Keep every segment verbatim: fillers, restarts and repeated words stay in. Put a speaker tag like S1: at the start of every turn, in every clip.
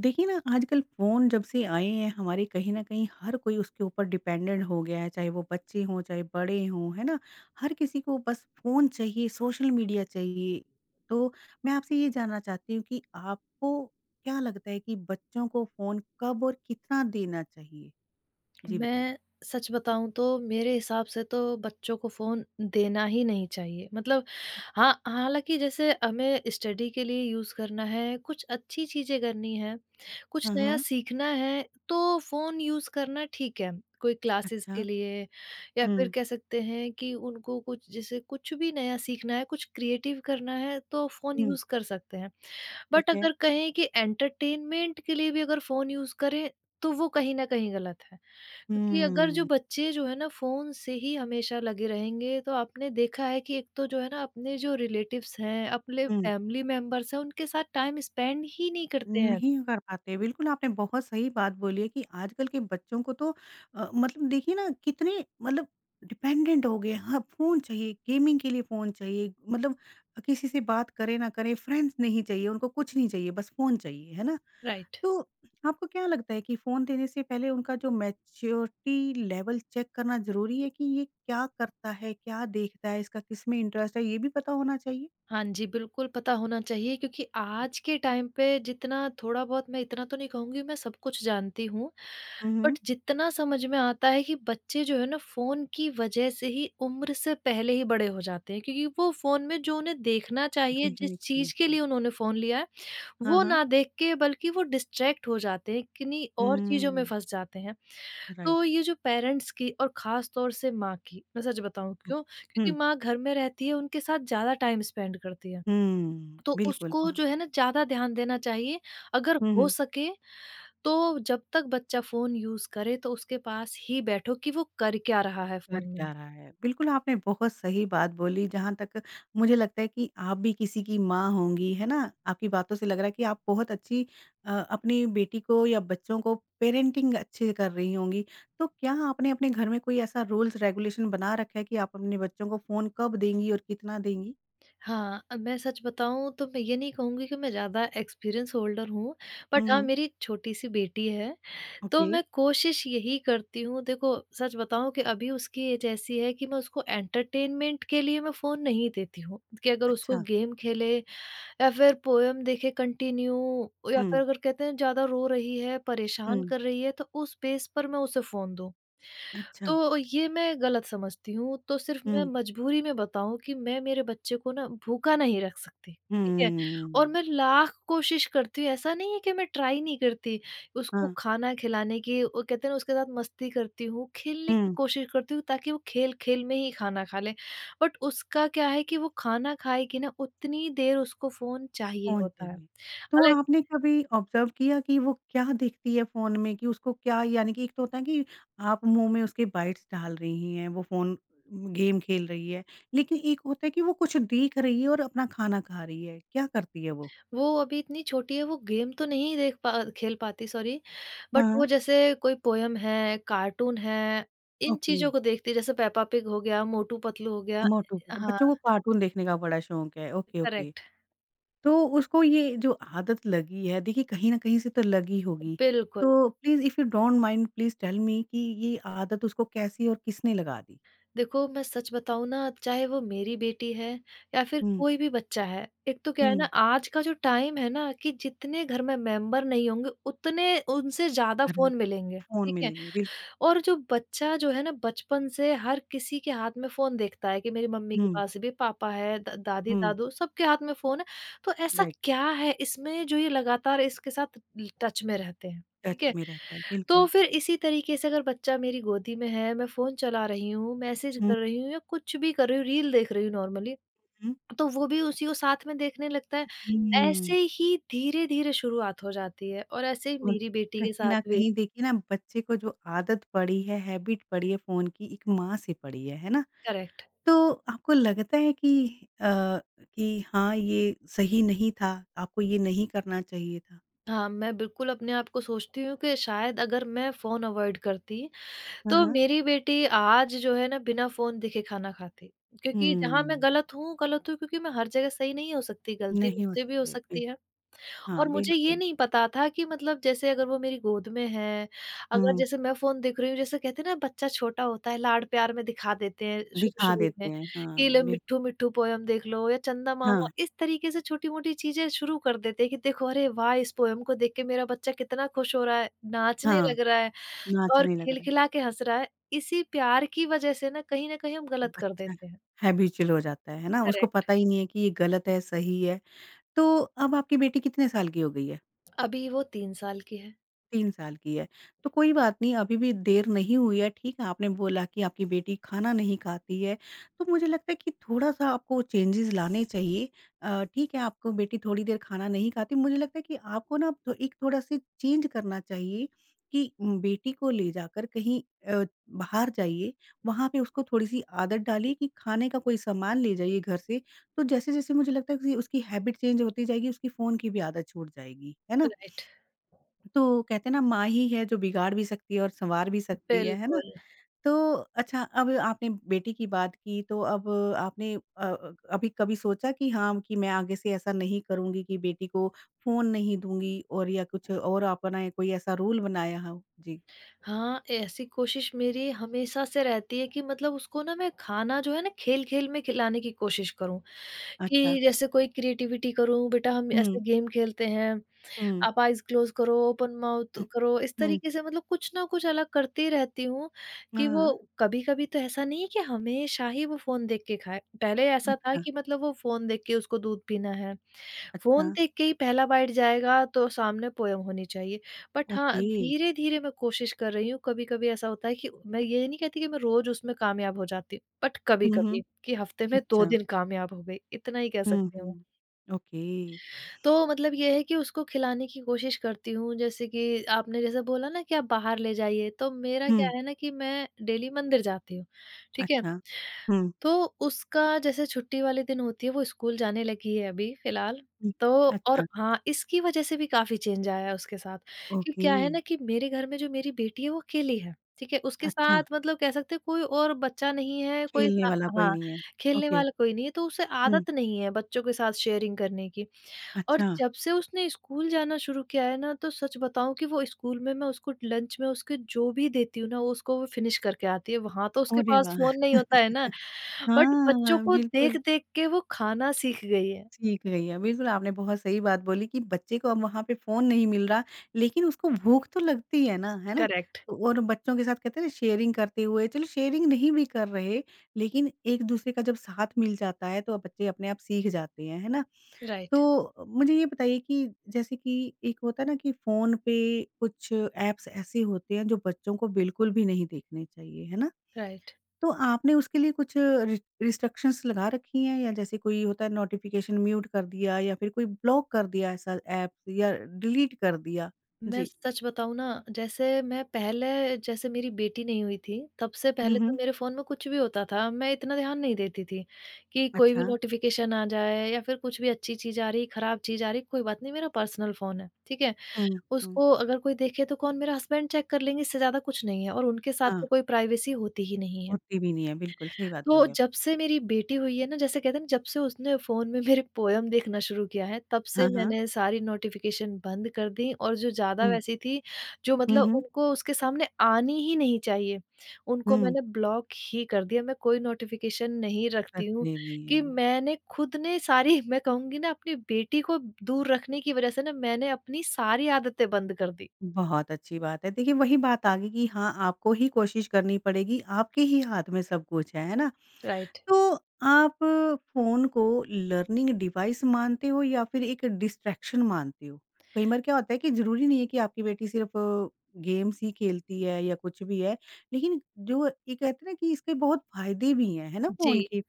S1: देखिए ना आजकल फ़ोन जब से आए हैं हमारे कहीं न कहीं हर कोई उसके ऊपर डिपेंडेंट हो गया है, चाहे वो बच्चे हों, चाहे बड़े हों, है ना? हर किसी को बस फ़ोन चाहिए, सोशल मीडिया चाहिए। तो मैं आपसे ये जानना चाहती हूँ कि आपको क्या लगता है कि बच्चों को फ़ोन कब और कितना देना चाहिए? जी बताइए।
S2: मैं सच बताऊँ तो मेरे हिसाब से तो बच्चों को फ़ोन देना ही नहीं चाहिए। मतलब
S1: अ,
S2: हाँ, हालाँकि जैसे हमें स्टडी के लिए यूज़ करना है, कुछ अच्छी चीज़ें करनी हैं, कुछ
S1: हाँ,
S2: नया
S1: हाँ।
S2: सीखना है, तो फ़ोन यूज़ करना ठीक है। कोई क्लासेस के
S1: अच्छा।
S2: लिए या फिर
S1: हुँ।
S2: कह सकते हैं कि उनको कुछ जैसे कुछ भी नया सीखना है, कुछ क्रिएटिव करना है तो फ़ोन
S1: हुँ।
S2: यूज़ कर सकते हैं। बट
S1: ठीक है।
S2: अगर कहें कि एंटरटेनमेंट के लिए भी अगर फ़ोन यूज़ करें, तो वो कहीं न कहीं गलत है। क्योंकि अगर जो
S1: हुँ।
S2: बच्चे जो है ना फ़ोन से ही हमेशा लगे रहेंगे, तो आपने देखा है कि एक तो जो है ना अपने जो रिलेटिव्स हैं, अपने
S1: हुँ।
S2: फैमिली मेंबर्स हैं, उनके साथ टाइम स्पेंड ही नहीं करते हैं।
S1: नहीं कर पाते। बिल्कुल, आपने बहुत सही बात बोली है कि आजकल के बच्चों को तो अ, मतलब देखिए ना कितने मतलब डिपेंडेंट हो गए हैं। हाँ, फ़ोन चाहिए, गेमिंग के लिए फ़ोन चाहिए, मतलब किसी से बात करें ना करें, फ्रेंड्स नहीं चाहिए, उनको कुछ नहीं चाहिए, बस फ़ोन चाहिए, है ना?
S2: राइट।
S1: तो आपको क्या लगता है कि फ़ोन देने से पहले उनका जो मैच्योरिटी लेवल चेक करना ज़रूरी है कि ये क्या करता है, क्या देखता है, इसका किस में इंटरेस्ट है, ये भी पता होना चाहिए?
S2: हाँ जी, बिल्कुल पता होना चाहिए क्योंकि आज के टाइम पे जितना थोड़ा बहुत मैं इतना तो नहीं कहूँगी, मैं सब कुछ जानती हूँ।
S1: हुँ, हुँ।
S2: बट जितना समझ में आता है कि बच्चे जो है ना फ़ोन की वजह से ही उम्र से पहले ही बड़े हो जाते हैं, क्योंकि वो फ़ोन में जो उन्हें देखना चाहिए,
S1: देखने
S2: जिस
S1: को
S2: चीज़ के
S1: मिलता है।
S2: लिए उन्होंने फ़ोन लिया है
S1: हाँ,
S2: वो
S1: हाँ।
S2: ना देख के बल्कि वो डिस्ट्रैक्ट हो जाते हैं, किन्हीं और चीज़ों में
S1: हुँ।
S2: फँस जाते हैं। तो
S1: राइट।
S2: ये जो पेरेंट्स की और ख़ास तौर से माँ की, मैं सच बताऊँ
S1: हुँ।
S2: क्यों? क्योंकि
S1: हुँ,
S2: माँ घर में रहती है, उनके साथ ज़्यादा टाइम स्पेंड करती है।
S1: हुँ,
S2: तो
S1: बिल्कुल।
S2: उसको
S1: और
S2: जो है ना ज़्यादा ध्यान देना चाहिए, अगर
S1: हुँ,
S2: हो
S1: हुँ।
S2: सके तो जब तक बच्चा फ़ोन यूज़ करे तो उसके पास ही बैठो कि वो कर क्या रहा है फ़ोन
S1: कर
S2: में।
S1: क्या रहा है? बिल्कुल, आपने बहुत सही बात बोली जहाँ तक मुझे लगता है कि आप भी किसी की माँ होंगी, है ना? आपकी बातों से लग रहा है कि आप बहुत अच्छी अ, अपनी बेटी को या बच्चों को पेरेंटिंग अच्छे कर रही होंगी। तो क्या आपने अपने घर में कोई ऐसा रूल्स रेगुलेशन बना रखा है कि आप अपने बच्चों को फ़ोन कब देंगी और कितना देंगी?
S2: हाँ, अ, मैं सच बताऊँ तो मैं ये नहीं कहूँगी कि मैं ज़्यादा एक्सपीरियंस होल्डर हूँ,
S1: हुँ,
S2: बट हाँ,
S1: हुँ।
S2: मेरी एक छोटी-सी बेटी है। तो
S1: ओके।
S2: मैं कोशिश यही करती हूँ, देखो सच बताऊँ कि अभी उसकी एज ऐसी है कि मैं उसको एंटरटेनमेंट के लिए मैं फ़ोन नहीं देती हूँ, कि अगर उसको
S1: अच्छा।
S2: गेम खेले या फिर पोएम देखे कंटिन्यू, या फिर
S1: हुँ,
S2: अगर कहते हैं ज़्यादा रो रही है, परेशान
S1: हुँ।
S2: कर रही है, तो उस बेस पर मैं उसे फ़ोन दूँ।
S1: अच्छा।
S2: तो ये मैं गलत समझती हूँ, तो सिर्फ़ मैं
S1: हुँ,
S2: मजबूरी में बताऊँ कि मैं मेरे बच्चे को ना भूखा नहीं रख सकती, ठीक है? और मैं
S1: हुँ।
S2: लाख कोशिश करती हूँ, ऐसा नहीं है कि मैं ट्राई नहीं करती, उसको
S1: हाँ।
S2: खाना खिलाने की वो कहते हैं ना उसके साथ मस्ती करती हूँ, खेलने की
S1: हुँ।
S2: कोशिश करती हूँ ताकि वो खेल-खेल में ही खाना खा ले। बट उसका क्या है कि वो खाना खाएगी ना उतनी देर उसको फ़ोन चाहिए
S1: फ़ोन
S2: होता है।
S1: चाहिए। तो
S2: हालाँकि
S1: आपने कभी ऑब्ज़र्व किया कि वो क्या देखती है फ़ोन में कि उसको क्या यानी कि एक तो होता है कि आप मुँह में उसके बाइट्स डाल रही हैं, वो फ़ोन गेम खेल रही है, लेकिन एक होता है कि वो कुछ देख रही है और अपना खाना खा रही है, क्या करती है वो?
S2: वो अभी इतनी छोटी है, वो गेम तो नहीं देख पा खेल पाती, सॉरी, बट
S1: हाँ,
S2: वो जैसे कोई पोएम है, कार्टून है, इन
S1: ओके।
S2: चीज़ों को देखती है, जैसे पेप्पा पिग हो गया, मोटू पतलू हो गया।
S1: मोटू पतलू,
S2: हाँ,
S1: बच्चों को कार्टून देखने का बड़ा शौक है, ओके, ओके।
S2: करेक्ट,
S1: तो उसको ये जो आदत लगी है, देखिए कहीं न कहीं से तो लगी होगी,
S2: बिल्कुल।
S1: तो please if you don't mind please tell me कि ये आदत उसको कैसी और किसने लगा दी?
S2: देखो मैं सच बताऊँ ना, चाहे वो मेरी बेटी है या फिर कोई भी बच्चा है, एक तो क्या है ना,
S1: हुँ,
S2: आज का जो टाइम है ना कि जितने घर में मेंबर नहीं होंगे, उतने उनसे ज़्यादा
S1: घर में
S2: फ़ोन मिलेंगे,
S1: फ़ोन
S2: ठीक है?
S1: मिलेंगे, बिल्कुल।
S2: और जो बच्चा जो है ना बचपन से हर किसी के हाथ में फ़ोन देखता है कि मेरी मम्मी के
S1: हुँ,
S2: पास भी, पापा है, द
S1: हुँ।
S2: दादी-दादू सबके हाथ में फ़ोन है। तो ऐसा
S1: राइट।
S2: क्या है इसमें जो ये लगातार इसके साथ ल टच में रहते हैं, ठीक
S1: टच
S2: है?
S1: में रहता है,
S2: तो
S1: बिल्कुल।
S2: फिर इसी तरीके से अगर बच्चा मेरी गोदी में है, मैं फ़ोन चला रही हूँ, मैसेज
S1: हुँ,
S2: कर रही हूँ या कुछ भी कर रही हूँ, रील देख रही हूँ नॉर्मली,
S1: हुँ,
S2: तो वो भी उसी को साथ में देखने लगता है। ऐसे
S1: हुँ।
S2: ही धीरे-धीरे शुरुआत हो जाती है और ऐसे ही
S1: और
S2: मेरी बेटी के
S1: कहीं न
S2: साथ भी।
S1: कहीं देखिए ना बच्चे को जो आदत पड़ी है, हैबिट पड़ी है फ़ोन की, एक माँ से पड़ी है, है ना?
S2: करेक्ट।
S1: तो आपको लगता है कि अ, कि हाँ, ये सही नहीं था, आपको ये नहीं करना चाहिए था?
S2: हाँ, मैं बिल्कुल अपने आप को सोचती हूँ कि शायद अगर मैं फ़ोन अवॉइड करती,
S1: हाँ,
S2: तो
S1: हाँ।
S2: मेरी बेटी आज जो है ना बिना फ़ोन देखे खाना खाती। क्योंकि जहाँ मैं
S1: हुँ,
S2: गलत हूँ, गलत हूँ, क्योंकि मैं हर जगह सही नहीं हो सकती, गलती
S1: नहीं हो
S2: मुझसे भी हो
S1: सकते, बिल
S2: सकती है। और
S1: हाँ,
S2: मुझे ये
S1: बिल्कुल।
S2: नहीं पता था कि मतलब जैसे अगर वो मेरी गोद में है, अगर
S1: हुँ,
S2: जैसे मैं फ़ोन देख रही हूँ, जैसे कहते हैं ना बच्चा छोटा होता है, लाड-प्यार में दिखा देते हैं
S1: दिखा
S2: शुरू-शुरू
S1: देते
S2: में,
S1: हैं।
S2: कि
S1: हाँ,
S2: ले
S1: बिल्कुल।
S2: मिट्ठू-मिट्ठू पोएम देख लो या चंदा मामा,
S1: हाँ,
S2: इस तरीके से छोटी-मोटी चीज़ें शुरू कर देते हैं कि देखो, अरे वाह! इस पोएम को देख के मेरा बच्चा कितना खुश हो रहा है, नाचने
S1: हाँ,
S2: लग रहा है और
S1: नाचने लग रहा है।
S2: खिलखिला के हँस रहा है। इसी प्यार की वज़ह से ना कहीं न कहीं हम गलत कर
S1: बच्चा
S2: देते हैं।
S1: हैबिचुअल हो जाता है, है ना? उसको
S2: करेक्ट।
S1: पता ही नहीं है कि ये गलत है, सही है। तो अब आपकी बेटी कितने साल की हो गई है?
S2: अभी वो तीन साल की है।
S1: तीन साल की है। तो कोई बात नहीं अभी भी देर नहीं हुई है, ठीक है आपने बोला कि आपकी बेटी खाना नहीं खाती है, तो मुझे लगता है कि थोड़ा-सा आपको चेंजेज़ लाने चाहिए। अ, ठीक है आपको बेटी थोड़ी देर खाना नहीं खाती, मुझे लगता है कि आपको ना तो एक थोड़ा-सा चेंज करना चाहिए कि म, बेटी को ले जाकर कहीं अ, बाहर जाइए, वहाँ पे उसको थोड़ी-सी आदत डालिए कि खाने का कोई सामान ले जाइए घर से, तो जैसे-जैसे मुझे लगता है कि उसकी हैबिट चेंज होती जाएगी, उसकी फ़ोन की भी आदत छूट जाएगी। है ना?
S2: राइट।
S1: तो कहते हैं ना माँ ही है जो बिगाड़ भी सकती है और सँवार भी सकती है, है ना?
S2: बिल्कुल।
S1: तो अच्छा अब आपने बेटी की बात की तो अब आपने अ, अभी कभी सोचा कि हाँ, कि मैं आगे से ऐसा नहीं करूँगी कि बेटी को फ़ोन नहीं दूँगी और या कुछ और आपने कोई ऐसा रूल बनाया हो? जी,
S2: हाँ, ऐसी कोशिश मेरी हमेशा से रहती है कि मतलब उसको ना मैं खाना जो है ना खेल-खेल में खिलाने की कोशिश करूँ,
S1: अच्छा।
S2: कि जैसे कोई क्रिएटिविटी करूँ, बेटा हम
S1: हुँ,
S2: ऐसे गेम खेलते हैं,
S1: हुँ,
S2: आप आइज़ क्लोज़ करो, ओपन माउथ
S1: हुँ,
S2: करो, इस
S1: हुँ।
S2: तरीके से मतलब कुछ ना कुछ अलग करती रहती हूँ, कि
S1: हाँ,
S2: वो कभी-कभी तो ऐसा नहीं है कि हमेशा ही वो फ़ोन देख के खाए। पहले ऐसा था
S1: अच्छा,
S2: कि मतलब वो फ़ोन देख के उसको दूध पीना है।
S1: अच्छा,
S2: फ़ोन देख के ही पहला बाइट जाएगा तो सामने पोएम होनी चाहिए। बट हाँ,
S1: ओके।
S2: धीरे-धीरे मैं कोशिश कर रही हूँ, कभी-कभी ऐसा होता है कि मैं ये नहीं कहती कि मैं रोज़ उसमें कामयाब हो जाती हूँ, बट
S1: हुँ, हुँ,
S2: कभी-कभी कि हफ़्ते में दो
S1: अच्छा।
S2: दिन कामयाब हो गई, इतना ही कह
S1: हुँ,
S2: सकती हूँ।
S1: हुँ, ओके।
S2: तो मतलब ये है कि उसको खिलाने की कोशिश करती हूँ, जैसे कि आपने जैसे बोला ना कि आप बाहर ले जाइए, तो मेरा क्या
S1: हुँ,
S2: है ना कि मैं डेली मंदिर जाती हूँ, ठीक है?
S1: अच्छा। हुँ,
S2: तो उसका जैसे छुट्टी वाले दिन होती है, वो स्कूल जाने लगी है अभी फ़िलहाल।
S1: हुँ,
S2: तो
S1: अच्छा,
S2: और हाँ, इसकी वज़ह से भी काफ़ी चेंज आया है उसके साथ, कि
S1: ओके।
S2: क्या है ना कि मेरे घर में जो मेरी बेटी है, वो अकेली है, ठीक है? उसके
S1: अच्छा,
S2: साथ मतलब कह सकते हैं कोई और बच्चा नहीं है, कोई
S1: खेलने
S2: सा।
S1: वाला कोई
S2: हाँ,
S1: नहीं है।
S2: खेलने
S1: ओके,
S2: वाला कोई नहीं है, तो उसे
S1: हुँ,
S2: आदत नहीं है बच्चों के साथ शेयरिंग करने की। और
S1: अच्छा,
S2: जब से उसने स्कूल जाना शुरू किया है ना, तो सच बताऊँ कि वो स्कूल में, मैं उसको लंच में उसके जो भी देती हूँ ना, वो उसको वो फ़िनिश करके आती है। वहाँ तो उसके
S1: अरे
S2: पास
S1: वाह!
S2: फ़ोन नहीं होता है ना, बट बच्चों
S1: हाँ,
S2: को
S1: बिल्कुल
S2: देख-देख के वो खाना सीख गई है।
S1: सीख गई है। बिल्कुल, आपने बहुत सही बात बोली कि बच्चे को अब वहाँ पे फ़ोन नहीं मिल रहा, लेकिन उसको भूख तो लगती है ना, है ना?
S2: करेक्ट।
S1: तो और बच्चों के साथ कहते हैं ना शेयरिंग करते हुए, चलो शेयरिंग नहीं भी कर रहे, लेकिन एक-दूसरे का जब साथ मिल जाता है, तो अब बच्चे अपने आप सीख जाते हैं, है ना?
S2: राइट,
S1: तो मुझे ये बताइए कि जैसे कि एक होता है ना कि फ़ोन पे कुछ ऐप्स ऐसे होते हैं जो बच्चों को बिल्कुल भी नहीं देखने चाहिए, है ना?
S2: राइट।
S1: तो आपने उसके लिए कुछ रिस रिस्ट्रिक्शंस लगा रखी हैं या जैसे कोई होता है नोटिफ़िकेशन म्यूट कर दिया या फिर कोई ब्लॉक कर दिया ऐसा ऐप या डिलीट कर दिया?
S2: मैं
S1: जी।
S2: सच बताऊँ ना, जैसे मैं पहले, जैसे मेरी बेटी नहीं हुई थी, तब से
S1: हुँ,
S2: पहले तो
S1: हुँ।
S2: मेरे फ़ोन में कुछ भी होता था, मैं इतना ध्यान नहीं देती थी कि कोई
S1: अच्छा।
S2: भी नोटिफ़िकेशन आ जाए या फिर कुछ भी अच्छी चीज़ आ रही, खराब चीज़ आ रही, कोई बात नहीं, मेरा पर्सनल फ़ोन है, ठीक है?
S1: हुँ, हुँ।
S2: उसको अगर कोई देखे तो कौन, मेरा हस्बैंड चेक कर लेंगे, इससे ज़्यादा कुछ नहीं है और उनके साथ
S1: हाँ,
S2: तो कोई प्राइवेसी होती ही नहीं है।
S1: होती भी नहीं है, बिल्कुल सही बात
S2: तो
S1: बोले आप।
S2: जब से मेरी बेटी हुई है ना, जैसे कहते हैं ना जब से उसने फ़ोन में मेरे पोएम देखना शुरू किया है, तब से
S1: हाँ, हाँ।
S2: मैंने सारी नोटिफ़िकेशन बंद कर दी और जो ज़्यादा
S1: हुँ।
S2: वैसी थी, जो
S1: हुँ,
S2: मतलब
S1: हुँ।
S2: उनको उसके सामने आनी ही नहीं चाहिए, उनको
S1: हुँ,
S2: मैंने ब्लॉक ही कर दिया। मैं कोई नोटिफ़िकेशन नहीं रखती हूँ
S1: करते नहीं
S2: कि
S1: है।
S2: मैंने खुद ने सारी मैं कहूँगी ना, अपनी बेटी को दूर रखने की वज़ह से ना मैंने अपनी सारी आदतें बंद कर दी।
S1: बहुत अच्छी बात है। देखिए, वही बात आ गई कि हाँ, आपको ही कोशिश करनी पड़ेगी, आपके ही हाथ में सब कुछ है, है ना?
S2: राइट।
S1: तो आप फ़ोन को लर्निंग डिवाइस मानते हो या फिर एक डिस्ट्रैक्शन मानते हो? कई बार क्या होता है कि ज़रूरी नहीं है कि आपकी बेटी सिर्फ़ गेम्स ही खेलती है या कुछ भी है, लेकिन जो ये कहते हैं ना कि इसके बहुत फ़ायदे भी हैं, है ना
S2: जी,
S1: फ़ोन के?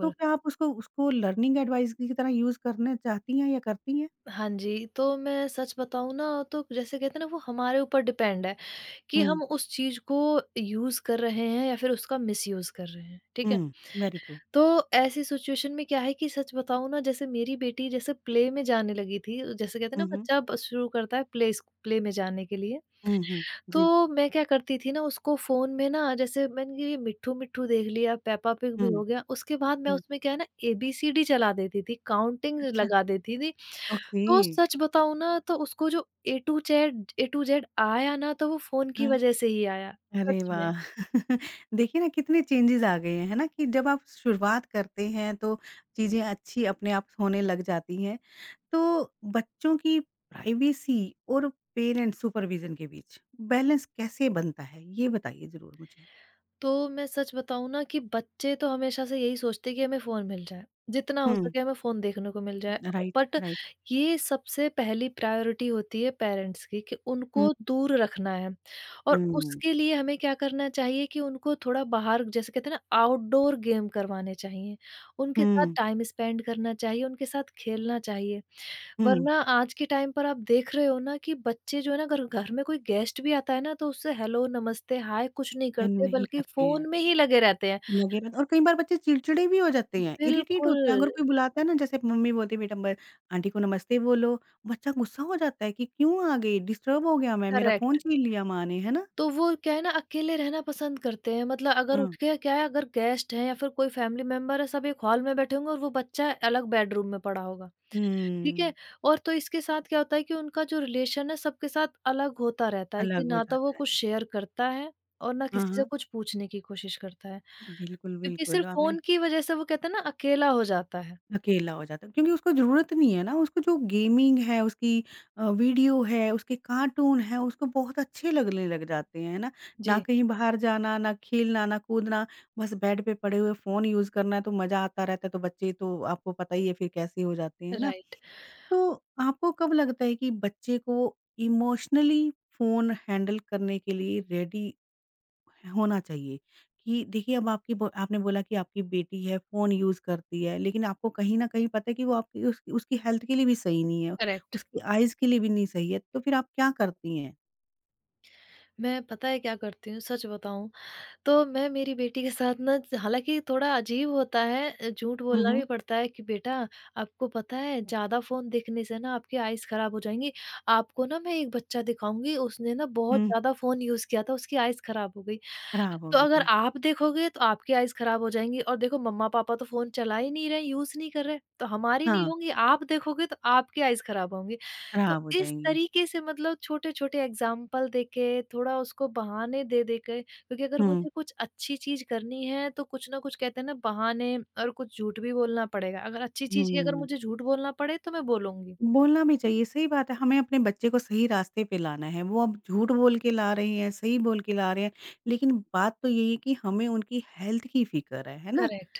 S1: तो क्या आप उसको उसको लर्निंग एडवाइस की तरह यूज़ करना चाहती हैं या करती हैं?
S2: हाँ जी, तो मैं सच बताऊँ ना तो जैसे कहते हैं ना, वो हमारे ऊपर डिपेंड है कि
S1: हुँ,
S2: हम उस चीज़ को यूज़ कर रहे हैं या फिर उसका मिसयूज़ कर रहे हैं, ठीक है?
S1: हुँ, वेरी ट्रू।
S2: तो ऐसी सिचुएशन में क्या है कि सच बताऊँ ना, जैसे मेरी बेटी जैसे प्ले में जाने लगी थी, जैसे कहते हैं ना
S1: हुँ, हुँ।
S2: बच्चा ब शुरू करता है प्ले स्क प्ले में जाने के लिए।
S1: हुँ, हुँ। जी,
S2: तो मैं क्या करती थी ना, उसको फ़ोन में ना जैसे मैंने ये मिट्ठू-मिट्ठू देख लिया, पेप्पा पिग भी
S1: हुँ।
S2: हो गया, उसके बाद मैं
S1: हुँ,
S2: उसमें क्या है ना एबीसीडी चला देती थी, काउंटिंग
S1: अच्छा,
S2: लगा देती थी।
S1: ओके।
S2: तो सच बताऊँ ना तो उसको जो A to Z A to Z आया ना तो वो फ़ोन की
S1: हाँ।
S2: वज़ह से ही आया,
S1: अरे
S2: सच में।
S1: वाह! देखिए ना कितने चेंजेज़ आ गए हैं, है ना? कि जब आप शुरुआत करते हैं तो चीज़ें अच्छी अपने आप होने लग जाती हैं। तो बच्चों की प्राइवेसी और पेरेंट्स सुपरविज़न के बीच बैलेंस कैसे बनता है? ये बताइए ज़रूर मुझे?
S2: तो मैं सच बताऊँ ना कि बच्चे तो हमेशा से यही सोचते हैं कि हमें फ़ोन मिल जाए, जितना हो
S1: हुँ,
S2: सके हमें फ़ोन देखने को मिल जाए।
S1: Right,
S2: but
S1: right.
S2: ये सबसे पहली प्रायोरिटी होती है पेरेंट्स की कि
S1: हुँ,
S2: उनको दूर रखना है और
S1: हुँ।
S2: उसके लिए हमें क्या करना चाहिए कि उनको थोड़ा बाहर, जैसे कहते हैं ना, आउटडोर गेम करवाने चाहिए। उनके साथ
S1: हुँ,
S2: टाइम स्पेंड करना चाहिए, उनके साथ खेलना चाहिए।
S1: हुँ।
S2: वरना आज के टाइम पर आप देख रहे हो ना कि बच्चे जो है ना अगर घर में कोई गेस्ट भी आता है ना तो उससे हेलो, नमस्ते, हाय कुछ नहीं
S1: अ,
S2: करते,
S1: नहीं
S2: बल्कि
S1: करते हैं।
S2: फोन में ही लगे रहते हैं।
S1: लगे रहते हैं और कई बार बच्चे चिड़चिड़े भी हो जाते हैं, इरिटेट
S2: बिल्कुल,
S1: होते हैं। अगर कोई बुलाता है ना जैसे मम्मी बोलती है बेटा ब आंटी को नमस्ते बोलो, बच्चा गुस्सा हो जाता है कि क्यों आ गई? डिस्टर्ब हो गया मैं, मेरा फ़ोन
S2: करेक्ट।
S1: छीन लिया माँ ने, है ना?
S2: तो वो क्या है ना, अकेले रहना पसंद करते हैं, मतलब अगर
S1: हाँ।
S2: उठ के क्या है, अगर गेस्ट हैं या फिर कोई फैमिली मेंबर है, सब एक हॉल में बैठे होंगे और वो बच्चा अलग बेडरूम में पड़ा होगा, ठीक है?
S1: हुँ,
S2: और तो इसके साथ क्या होता है कि उनका जो रिलेशन है सबके साथ अलग होता रहता है, कि
S1: अलग हो
S2: ना तो वो
S1: जाता है।
S2: कुछ शेयर करता है और ना
S1: हाँ,
S2: किसी से
S1: हाँ।
S2: कुछ पूछने की कोशिश करता है।
S1: बिल्कुल,
S2: क्योंकि
S1: बिल्कुल
S2: सिर्फ़
S1: आपने
S2: फ़ोन की वज़ह से वो कहते हैं ना अकेला हो जाता है।
S1: अकेला हो जाता है क्योंकि उसको ज़रूरत नहीं है ना, उसको जो गेमिंग है, उसकी अ, वीडियो है, उसके कार्टून है, उसको बहुत अच्छे लगने लग जाते हैं, है ना? ना
S2: जी,
S1: कहीं बाहर जाना, ना खेलना, ना कूदना, बस बेड पे पड़े हुए फ़ोन यूज़ करना है, तो मज़ा आता रहता है, तो बच्चे तो आपको पता ही है फिर कैसे हो जाते हैं, है ना?
S2: राइट,
S1: तो आपको कब लगता है कि बच्चे को इमोशनली फ़ोन हैंडल करने के लिए रेडी होना चाहिए कि देखिए अब आपकी ब आपने बोला कि आपकी बेटी है, फ़ोन यूज़ करती है, लेकिन आपको कहीं न कहीं पता है कि वो आपकी उस उसकी हेल्थ के लिए भी सही नहीं है,
S2: करेक्ट।
S1: उसकी आइज़ के लिए भी नहीं सही है, तो फिर आप क्या करती हैं?
S2: मैं पता है क्या करती हूँ सच बताऊँ, तो मैं मेरी बेटी के साथ ना, हालाँकि थोड़ा अजीब होता है अ, झूठ
S1: हुँ,
S2: बोलना भी
S1: हुँ।
S2: पड़ता है कि बेटा, आपको पता है ज़्यादा फ़ोन देखने से ना आपकी आइज़ खराब हो जाएँगी। आपको ना मैं एक बच्चा दिखाऊँगी, उसने ना बहुत
S1: हुँ।
S2: ज़्यादा फ़ोन यूज़ किया था, उसकी आइज़ खराब हो गई।
S1: खराब हो
S2: तो
S1: गई
S2: अगर
S1: थी।
S2: आप देखोगे तो आपकी आईज़ खराब हो जाएँगी और देखो, मम्मा-पापा तो फ़ोन चला ही नहीं रहे, यूज़ नहीं कर रहे, तो हमारी नहीं
S1: हाँ,
S2: होंगी, आप देखोगे तो आपकी आईज़ खराब होंगी। तो
S1: खराब हो
S2: इस
S1: जाएँगी।
S2: तरीके से मतलब छोटे-छोटे एग्ज़ाम्पल दे के, थोड़ा उसको बहाने दे-दे के, क्योंकि अगर
S1: हुँ,
S2: मुझे कुछ अच्छी चीज़ करनी है तो कुछ ना कुछ कहते हैं ना बहाने और कुछ झूठ भी बोलना पड़ेगा। अगर अच्छी चीज़ की अगर
S1: हुँ।
S2: मुझे झूठ बोलना पड़े तो मैं बोलूँगी।
S1: बोलना भी चाहिए, सही बात है, हमें अपने बच्चे को सही रास्ते पे लाना है, वो अब झूठ बोल के ला रहे हैं, सही बोल के ला रहे हैं, लेकिन बात तो यही है कि हमें उनकी हेल्थ की फ़िक्र है, है ना?
S2: करेक्ट,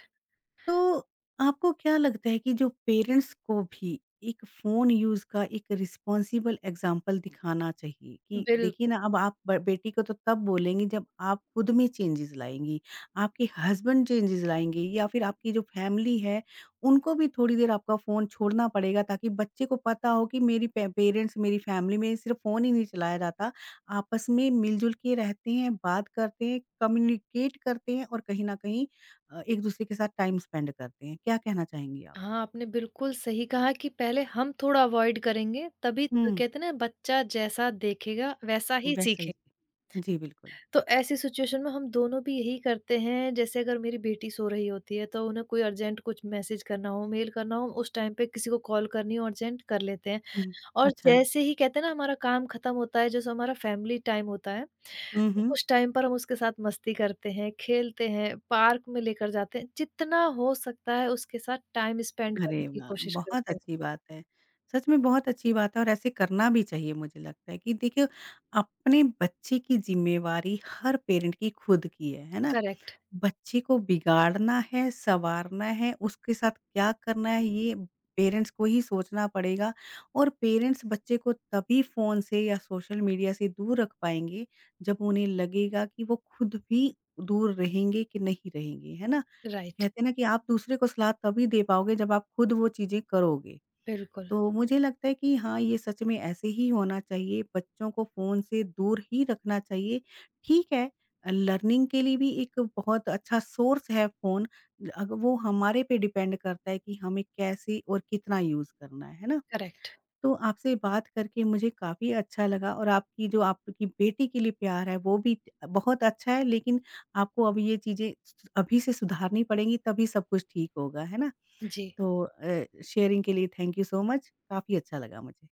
S1: तो आपको क्या लगता है कि जो पेरेंट्स को भी एक फोन यूज का एक रिस्पॉन्सिबल एग्जाम्पल दिखाना चाहिए कि देखिए
S2: बिल्कुल।
S1: ना अब आप ब- बेटी को तो तब बोलेंगी जब आप खुद में चेंजेस लाएंगी आपके हस्बैंड चेंजेस लाएंगे या फिर आपकी जो फैमिली है उनको भी थोड़ी देर आपका फोन छोड़ना पड़ेगा ताकि बच्चे को पता हो कि मेरी पेरेंट्स मेरी फैमिली में सिर्फ फोन ही नहीं चलाया जाता आपस में मिलजुल के रहते हैं बात करते हैं कम्युनिकेट करते हैं और कहीं ना कहीं अ, एक-दूसरे के साथ टाइम स्पेंड करते हैं। क्या कहना चाहेंगी आप?
S2: हाँ, आपने बिल्कुल सही कहा कि पहले हम थोड़ा अवॉइड करेंगे, तभी तो
S1: हुँ।
S2: कहते हैं ना, बच्चा जैसा देखेगा वैसा ही
S1: वैसा ही
S2: सीखेगा।
S1: जी, बिल्कुल।
S2: तो ऐसी सिचुएशन में हम दोनों भी यही करते हैं, जैसे अगर मेरी बेटी सो रही होती है तो उन्हें कोई अर्जेंट कुछ मैसेज करना हो, मेल करना हो, उस टाइम पे किसी को कॉल करनी हो, अर्जेंट कर लेते हैं।
S1: हुँ।
S2: और
S1: अच्छा।
S2: जैसे ही कहते हैं ना हमारा काम खत्म होता है, जैसे हमारा फैमिली टाइम होता है,
S1: हुँ,
S2: तो
S1: हुँ।
S2: उस टाइम पर हम उसके साथ मस्ती करते हैं, खेलते हैं, पार्क में लेकर जाते हैं। जितना हो सकता है उसके साथ टाइम स्पेंड करने
S1: अरे
S2: की
S1: वाह!
S2: कोशिश
S1: बहुत
S2: करते हैं।
S1: अच्छी बात है। सच में बहुत अच्छी बात है और ऐसे करना भी चाहिए मुझे लगता है कि देखिए अपने बच्चे की ज़िम्मेवारी हर पेरेंट की खुद की है, है ना?
S2: करेक्ट,
S1: बच्चे को बिगाड़ना है, संवारना है, उसके साथ क्या करना है ये पेरेंट्स को ही सोचना पड़ेगा और पेरेंट्स बच्चे को तभी फ़ोन से या सोशल मीडिया से दूर रख पाएँगे, जब उन्हें लगेगा कि वो खुद भी दूर रहेंगे कि नहीं रहेंगे, है ना?
S2: राइट,
S1: कहते हैं ना कि आप दूसरे को सलाह तभी दे पाओगे जब आप खुद वो चीज़ें करोगे।
S2: बिल्कुल,
S1: तो मुझे लगता है कि हाँ, ये सच में ऐसे ही होना चाहिए, बच्चों को फ़ोन से दूर ही रखना चाहिए। ठीक है अ, लर्निंग के लिए भी एक बहुत अच्छा सोर्स है फ़ोन, अग वो हमारे पे डिपेंड करता है कि हमें कैसे और कितना यूज़ करना है, है ना?
S2: करेक्ट।
S1: तो आपसे बात करके मुझे काफ़ी अच्छा लगा और आपकी जो आपकी बेटी के लिए प्यार है, वो भी बहुत अच्छा है, लेकिन आपको अब ये चीज़ें अभी से सुधारनी पड़ेंगी, तभी सब कुछ ठीक होगा, है ना?
S2: जी।
S1: तो अ, शेयरिंग के लिए थैंक यू सो मच। काफ़ी अच्छा लगा मुझे।